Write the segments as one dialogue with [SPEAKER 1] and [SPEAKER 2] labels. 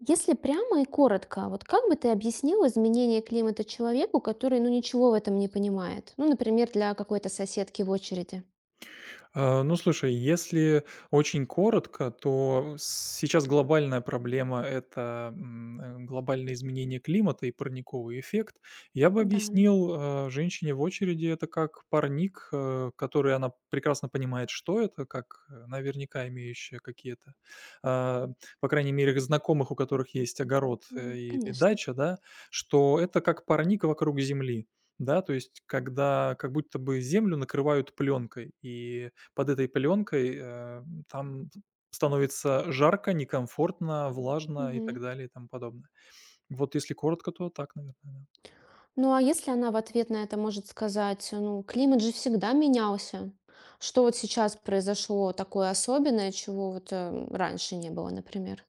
[SPEAKER 1] Если прямо и коротко, вот как бы ты объяснил изменение климата человеку, который, ну, ничего в этом не понимает? Ну, например, для какой-то соседки в очереди.
[SPEAKER 2] Ну, слушай, если очень коротко, то сейчас глобальная проблема – это глобальное изменение климата и парниковый эффект. Я бы
[SPEAKER 1] Да,
[SPEAKER 2] объяснил женщине в очереди это как парник, который она прекрасно понимает, что это, как наверняка имеющая какие-то, а, по крайней мере, знакомых, у которых есть огород
[SPEAKER 1] м,
[SPEAKER 2] или
[SPEAKER 1] конечно.
[SPEAKER 2] дача, да, что это как парник вокруг земли. Да, то есть, когда как будто бы землю накрывают пленкой, и под этой пелёнкой, там становится жарко, некомфортно, влажно и так
[SPEAKER 1] Мгм.
[SPEAKER 2] далее и тому подобное. Вот если коротко, то так, наверное.
[SPEAKER 1] Ну, а если она в ответ на это может сказать, ну, климат же всегда менялся. Что вот сейчас произошло такое особенное, чего вот раньше не было, например?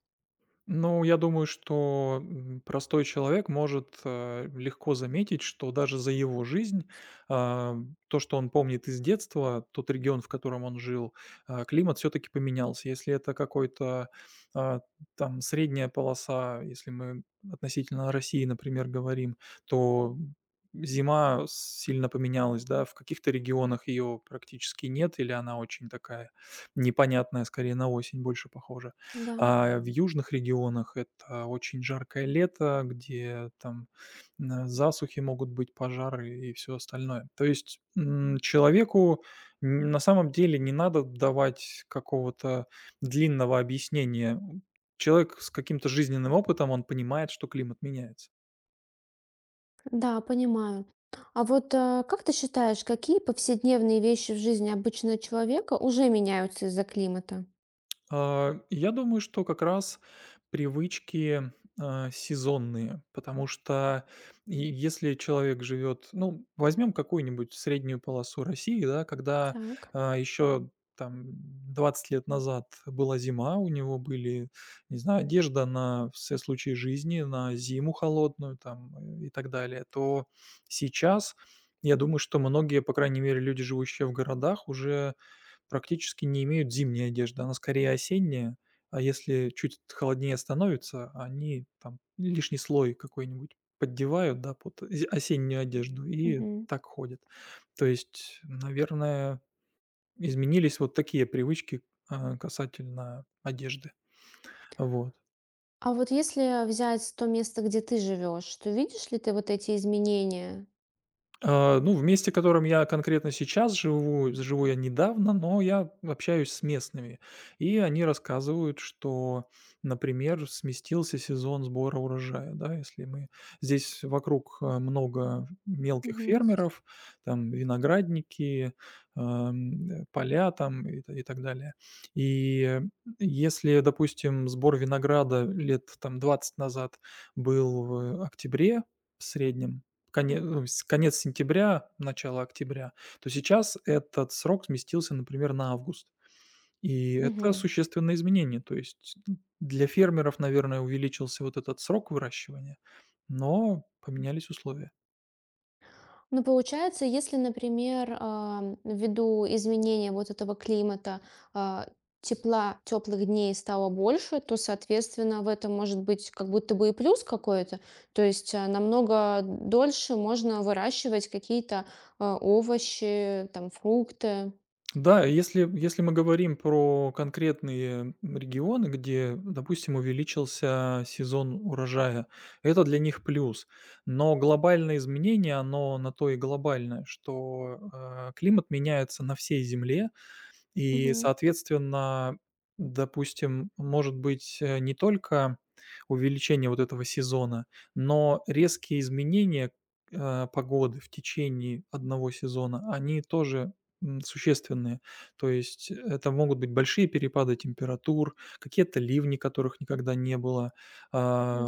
[SPEAKER 2] Ну, я думаю, что, простой человек может, легко заметить, что даже за его жизнь, а, то, что он помнит из детства, тот регион, в котором он жил, климат все таки поменялся. Если это какой-то, а, там средняя полоса, если мы относительно России, например, говорим, то зима сильно поменялась, да. В каких-то регионах ее практически нет или она очень такая непонятная, скорее на осень больше похожа.
[SPEAKER 1] Да,
[SPEAKER 2] А в южных регионах это очень жаркое лето, где там, засухи могут быть, пожары и все остальное. То есть, человеку н на самом деле не надо давать какого-то длинного объяснения. Человек с каким-то жизненным опытом, он понимает, что климат меняется.
[SPEAKER 1] да, понимаю. А вот как ты считаешь, какие повседневные вещи в жизни обычного человека уже меняются из-за климата?
[SPEAKER 2] Я думаю, что как раз привычки, сезонные, потому что и если человек живет, ну, возьмем какую-нибудь среднюю полосу России, да, когда,
[SPEAKER 1] Так.
[SPEAKER 2] еще там 20 лет назад была зима, у него были, не знаю, одежда на все случаи жизни, на зиму холодную там, и так далее, то сейчас, я думаю, что многие, по крайней мере, люди, живущие в городах, уже практически не имеют зимней одежды, она скорее осенняя, а если чуть холоднее становится, они там лишний слой какой-нибудь поддевают, да, под зе осеннюю одежду и
[SPEAKER 1] Мгм.
[SPEAKER 2] так ходят. То есть, наверное, изменились вот такие привычки, касательно одежды. Вот.
[SPEAKER 1] А вот если взять то место, где ты живешь, то видишь ли ты вот эти изменения?
[SPEAKER 2] Ну, в месте, в котором я конкретно сейчас живу, живу я недавно, но я общаюсь с местными. И они рассказывают, что, например, сместился сезон сбора урожая, да, если мы здесь вокруг, много мелких
[SPEAKER 1] Мгм.
[SPEAKER 2] фермеров, там виноградники, поля там и, и так далее. И если, допустим, сбор винограда лет там 20 назад был в октябре в среднем, конец
[SPEAKER 1] Так.
[SPEAKER 2] ну, с конец сентября, начало октября, то сейчас этот срок сместился, например, на август. И это
[SPEAKER 1] Мгм.
[SPEAKER 2] существенное изменение. То есть, для фермеров, наверное, увеличился вот этот срок выращивания, но поменялись условия.
[SPEAKER 1] Ну, получается, если, например, ввиду изменения вот этого климата, а, тепла, теплых дней стало больше, то, соответственно, в этом может быть как будто бы и плюс какой-то. То есть намного дольше можно выращивать какие-то овощи, там, фрукты.
[SPEAKER 2] Да, если мы говорим про конкретные регионы, где, допустим, увеличился сезон урожая, это для них плюс. Но глобальное изменение, оно на то и глобальное, что, климат меняется на всей земле. И,
[SPEAKER 1] Мгм.
[SPEAKER 2] соответственно, допустим, может быть, не только увеличение вот этого сезона, но резкие изменения, погоды в течение одного сезона, они тоже, существенные. То есть это могут быть большие перепады температур, какие-то ливни, которых никогда не было,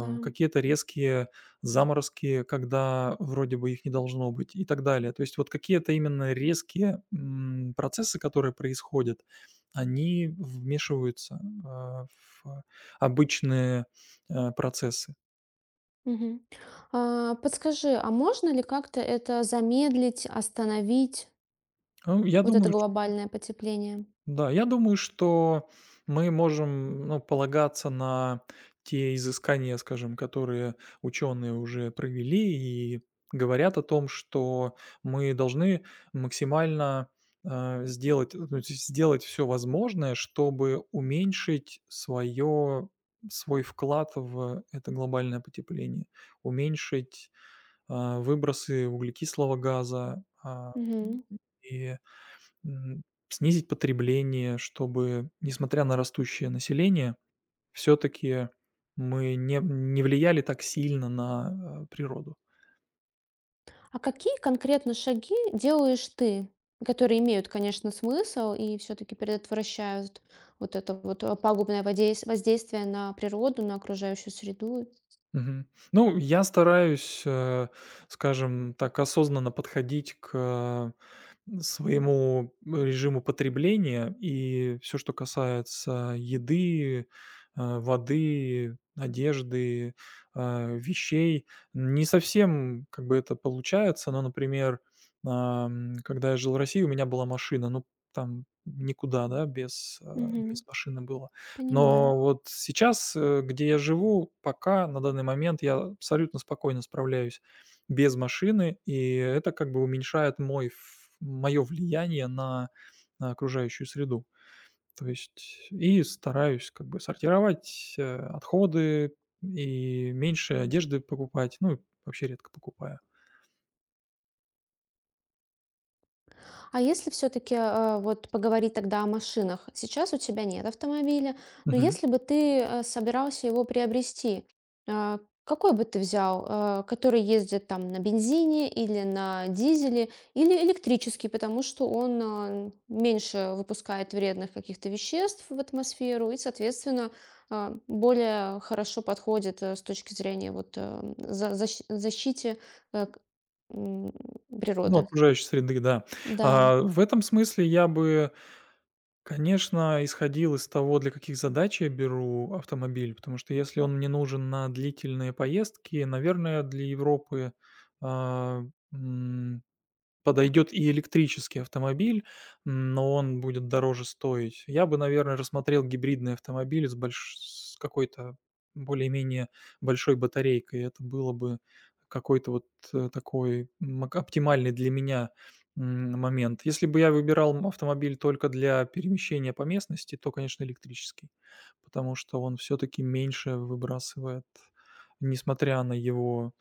[SPEAKER 1] Да.
[SPEAKER 2] какие-то резкие заморозки, когда вроде бы их не должно быть и так далее. То есть вот какие-то именно резкие, процессы, которые происходят, они вмешиваются, в обычные, процессы.
[SPEAKER 1] Мгм. А, подскажи, а можно ли как-то это замедлить, остановить,
[SPEAKER 2] Ну, я
[SPEAKER 1] вот это
[SPEAKER 2] думаю
[SPEAKER 1] глобальное потепление?
[SPEAKER 2] Да, я думаю, что мы можем, ну, полагаться на те изыскания, скажем, которые ученые уже провели и говорят о том, что мы должны максимально, сделать, ну, то есть сделать все возможное, чтобы уменьшить свое свой вклад в это глобальное потепление, уменьшить, выбросы углекислого газа,
[SPEAKER 1] Мгм.
[SPEAKER 2] и М, снизить потребление, чтобы, несмотря на растущее население, все таки мы не влияли так сильно на, природу.
[SPEAKER 1] А какие конкретно шаги делаешь ты, которые имеют, конечно, смысл и все-таки предотвращают вот это вот пагубное воздействие на природу, на окружающую среду?
[SPEAKER 2] Мгм. Ну, я стараюсь, скажем так, осознанно подходить к своему режиму потребления, и все, что касается еды, воды, одежды, вещей. Не совсем как бы это получается, но, например, когда я жил в России, у меня была машина, ну, там никуда, да, без
[SPEAKER 1] Мгм.
[SPEAKER 2] машины было.
[SPEAKER 1] Понимаю.
[SPEAKER 2] Но вот сейчас, где я живу, пока на данный момент я абсолютно спокойно справляюсь без машины, и это как бы уменьшает мой мое влияние на окружающую среду. То есть и стараюсь как бы сортировать, отходы и меньше одежды покупать, ну, вообще редко покупаю.
[SPEAKER 1] А если все-таки вот поговорить тогда о машинах? Сейчас у тебя нет автомобиля, но
[SPEAKER 2] Мгм.
[SPEAKER 1] если бы ты собирался его приобрести, э, какой бы ты взял, который ездит там на бензине или на дизеле, или электрический, потому что он меньше выпускает вредных каких-то веществ в атмосферу и, соответственно, более хорошо подходит с точки зрения вот защите э, к- м,
[SPEAKER 2] Ну,
[SPEAKER 1] природы.
[SPEAKER 2] окружающей среды, да.
[SPEAKER 1] Да.
[SPEAKER 2] В этом смысле я бы, конечно, исходил из того, для каких задач я беру автомобиль, потому что если он мне нужен на длительные поездки, наверное, для Европы, а, подойдет и электрический автомобиль, но он будет дороже стоить. Я бы, наверное, рассмотрел гибридный автомобиль с какой-то более-менее большой батарейкой. Это было бы какой-то вот, такой мак оптимальный для меня, момент. Если бы я выбирал автомобиль только для перемещения по местности, то, конечно, электрический, потому что он все таки меньше выбрасывает, несмотря на его,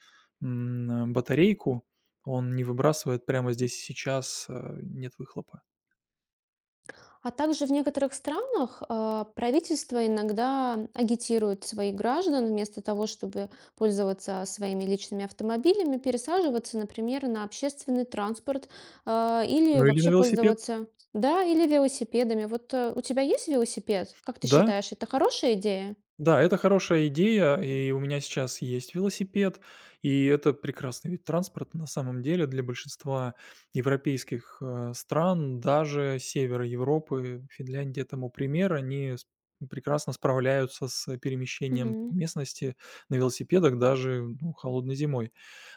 [SPEAKER 2] батарейку. Он не выбрасывает прямо здесь и сейчас, нет выхлопа.
[SPEAKER 1] А также в некоторых странах правительство иногда агитирует своих граждан вместо того, чтобы пользоваться своими личными автомобилями, пересаживаться, например, на общественный транспорт или
[SPEAKER 2] Ну или на
[SPEAKER 1] вообще
[SPEAKER 2] велосипед.
[SPEAKER 1] пользоваться, да, или велосипедами. Вот у тебя есть велосипед? Как ты
[SPEAKER 2] Да.
[SPEAKER 1] считаешь, это хорошая идея?
[SPEAKER 2] Да, это хорошая идея, и у меня сейчас есть велосипед, и это прекрасный вид транспорта на самом деле для большинства европейских, стран, даже севера Европы, Финляндия тому пример, они прекрасно справляются с перемещением по
[SPEAKER 1] Мгм.
[SPEAKER 2] местности на велосипедах даже, ну, холодной зимой.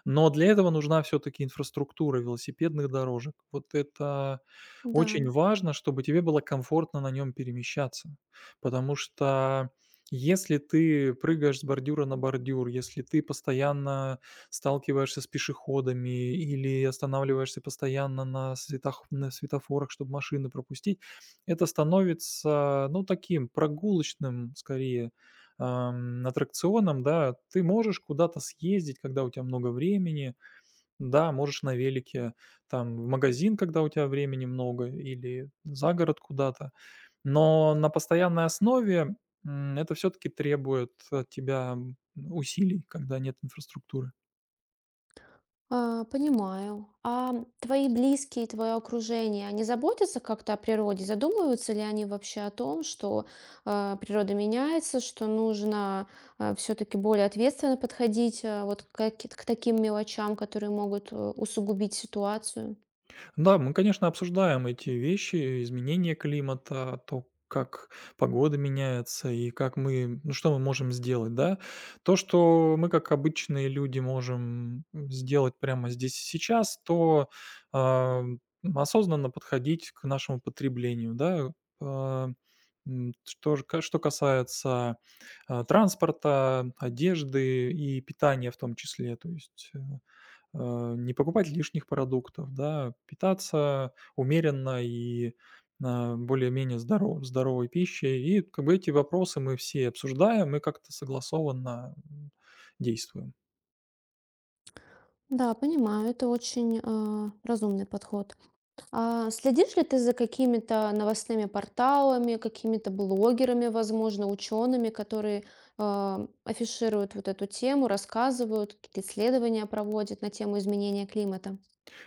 [SPEAKER 2] Но для этого нужна все-таки инфраструктура велосипедных дорожек. Вот это
[SPEAKER 1] Да.
[SPEAKER 2] очень важно, чтобы тебе было комфортно на нем перемещаться, потому что если ты прыгаешь с бордюра на бордюр, если ты постоянно сталкиваешься с пешеходами или останавливаешься постоянно на светофорах, чтобы машины пропустить, это становится, ну, таким прогулочным, скорее, аттракционом, да. Ты можешь куда-то съездить, когда у тебя много времени. Да, можешь на велике, там, в магазин, когда у тебя времени много, или за город куда-то. Но на постоянной основе, это все таки требует от тебя, усилий, когда нет инфраструктуры.
[SPEAKER 1] А, понимаю. А твои близкие, твое окружение, они заботятся как-то о природе? Задумываются ли они вообще о том, что природа меняется, что нужно все-таки более ответственно подходить к таким мелочам, которые могут усугубить ситуацию?
[SPEAKER 2] Да, мы, конечно, обсуждаем эти вещи, изменение климата, то, как погода меняется и как мы, ну, что мы можем сделать, да. То, что мы, как обычные люди, можем сделать прямо здесь и сейчас, то а, осознанно подходить к нашему потреблению, да. А, Что же, что касается транспорта, одежды и питания в том числе, то есть, не покупать лишних продуктов, да, питаться умеренно и, более-менее здоровой пищей. И как бы эти вопросы мы все обсуждаем и как-то согласованно, действуем.
[SPEAKER 1] Да, понимаю, это очень разумный подход. А следишь ли ты за какими-то новостными порталами, какими-то блогерами, возможно, учеными, которые афишируют вот эту тему, рассказывают, какие-то исследования проводят на тему изменения климата?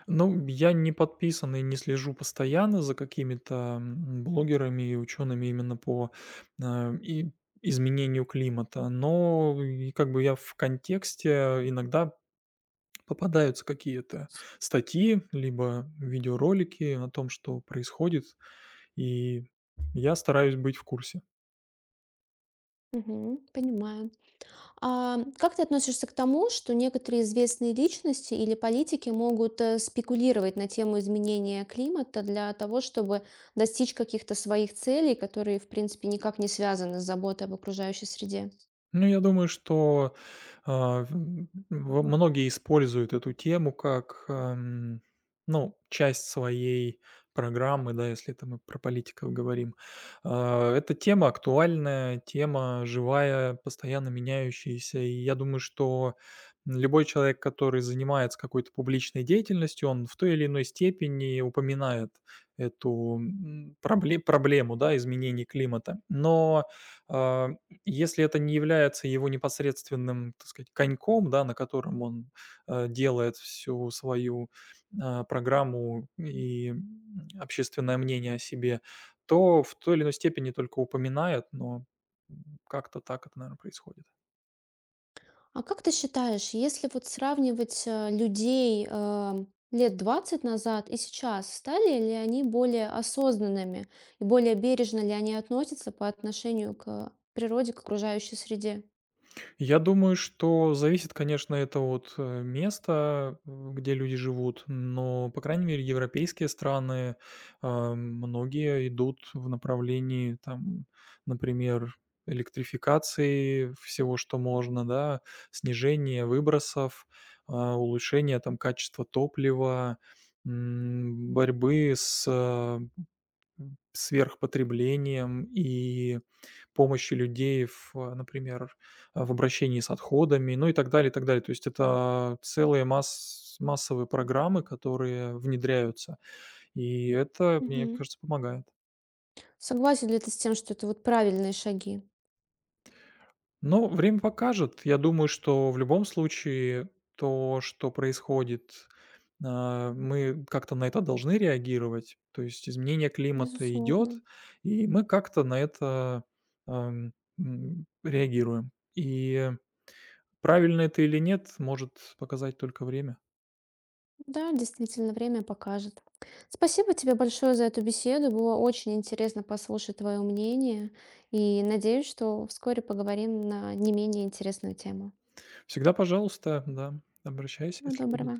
[SPEAKER 2] Ну, я не подписан и не слежу постоянно за какими-то, блогерами и учеными именно по, а, и изменению климата, но и как бы я в контексте иногда попадаются какие-то статьи, либо видеоролики о том, что происходит, и я стараюсь быть в курсе.
[SPEAKER 1] Мгм, понимаю. А как ты относишься к тому, что некоторые известные личности или политики могут спекулировать на тему изменения климата для того, чтобы достичь каких-то своих целей, которые, в принципе, никак не связаны с заботой об окружающей среде?
[SPEAKER 2] Ну, я думаю, что, а, в м, во многие используют эту тему как, ну, часть своей программы, да, если это мы про политиков говорим. Эта тема актуальная, тема живая, постоянно меняющаяся. И я думаю, что любой человек, который занимается какой-то публичной деятельностью, он в той или иной степени упоминает эту, проблему, да, изменений климата. Но, а, если это не является его непосредственным, так сказать, коньком, да, на котором он, делает всю свою, программу и, общественное мнение о себе, то в той или иной степени только упоминает, но, как-то так это, наверное, происходит.
[SPEAKER 1] А как ты считаешь, если вот сравнивать людей лет 20 назад и сейчас, стали ли они более осознанными и более бережно ли они относятся по отношению к природе, к окружающей среде?
[SPEAKER 2] Я думаю, что зависит, конечно, это от, места, где люди живут, но, по крайней мере, европейские страны, многие идут в направлении, там, например, электрификации всего, что можно, да, снижения выбросов, улучшения, там, качества топлива, борьбы с, сверхпотреблением и помощью людей в, например, в обращении с отходами, ну и так далее, и так далее. То есть это целые массовые программы, которые внедряются, и это, мне
[SPEAKER 1] Мгм.
[SPEAKER 2] кажется, помогает.
[SPEAKER 1] Согласен ли ты с тем, что это вот правильные шаги?
[SPEAKER 2] Но время покажет. Я думаю, что в любом случае то, что происходит, мы как-то на это должны реагировать. То есть изменение климата
[SPEAKER 1] Безусловно.
[SPEAKER 2] идет, и мы как-то на это, реагируем. И правильно это или нет, может показать только время.
[SPEAKER 1] Да, действительно, время покажет. Спасибо тебе большое за эту беседу. Было очень интересно послушать твое мнение. И надеюсь, что вскоре поговорим на не менее интересную тему.
[SPEAKER 2] Всегда пожалуйста, да, обращайся,
[SPEAKER 1] Всего
[SPEAKER 2] если будут
[SPEAKER 1] доброго.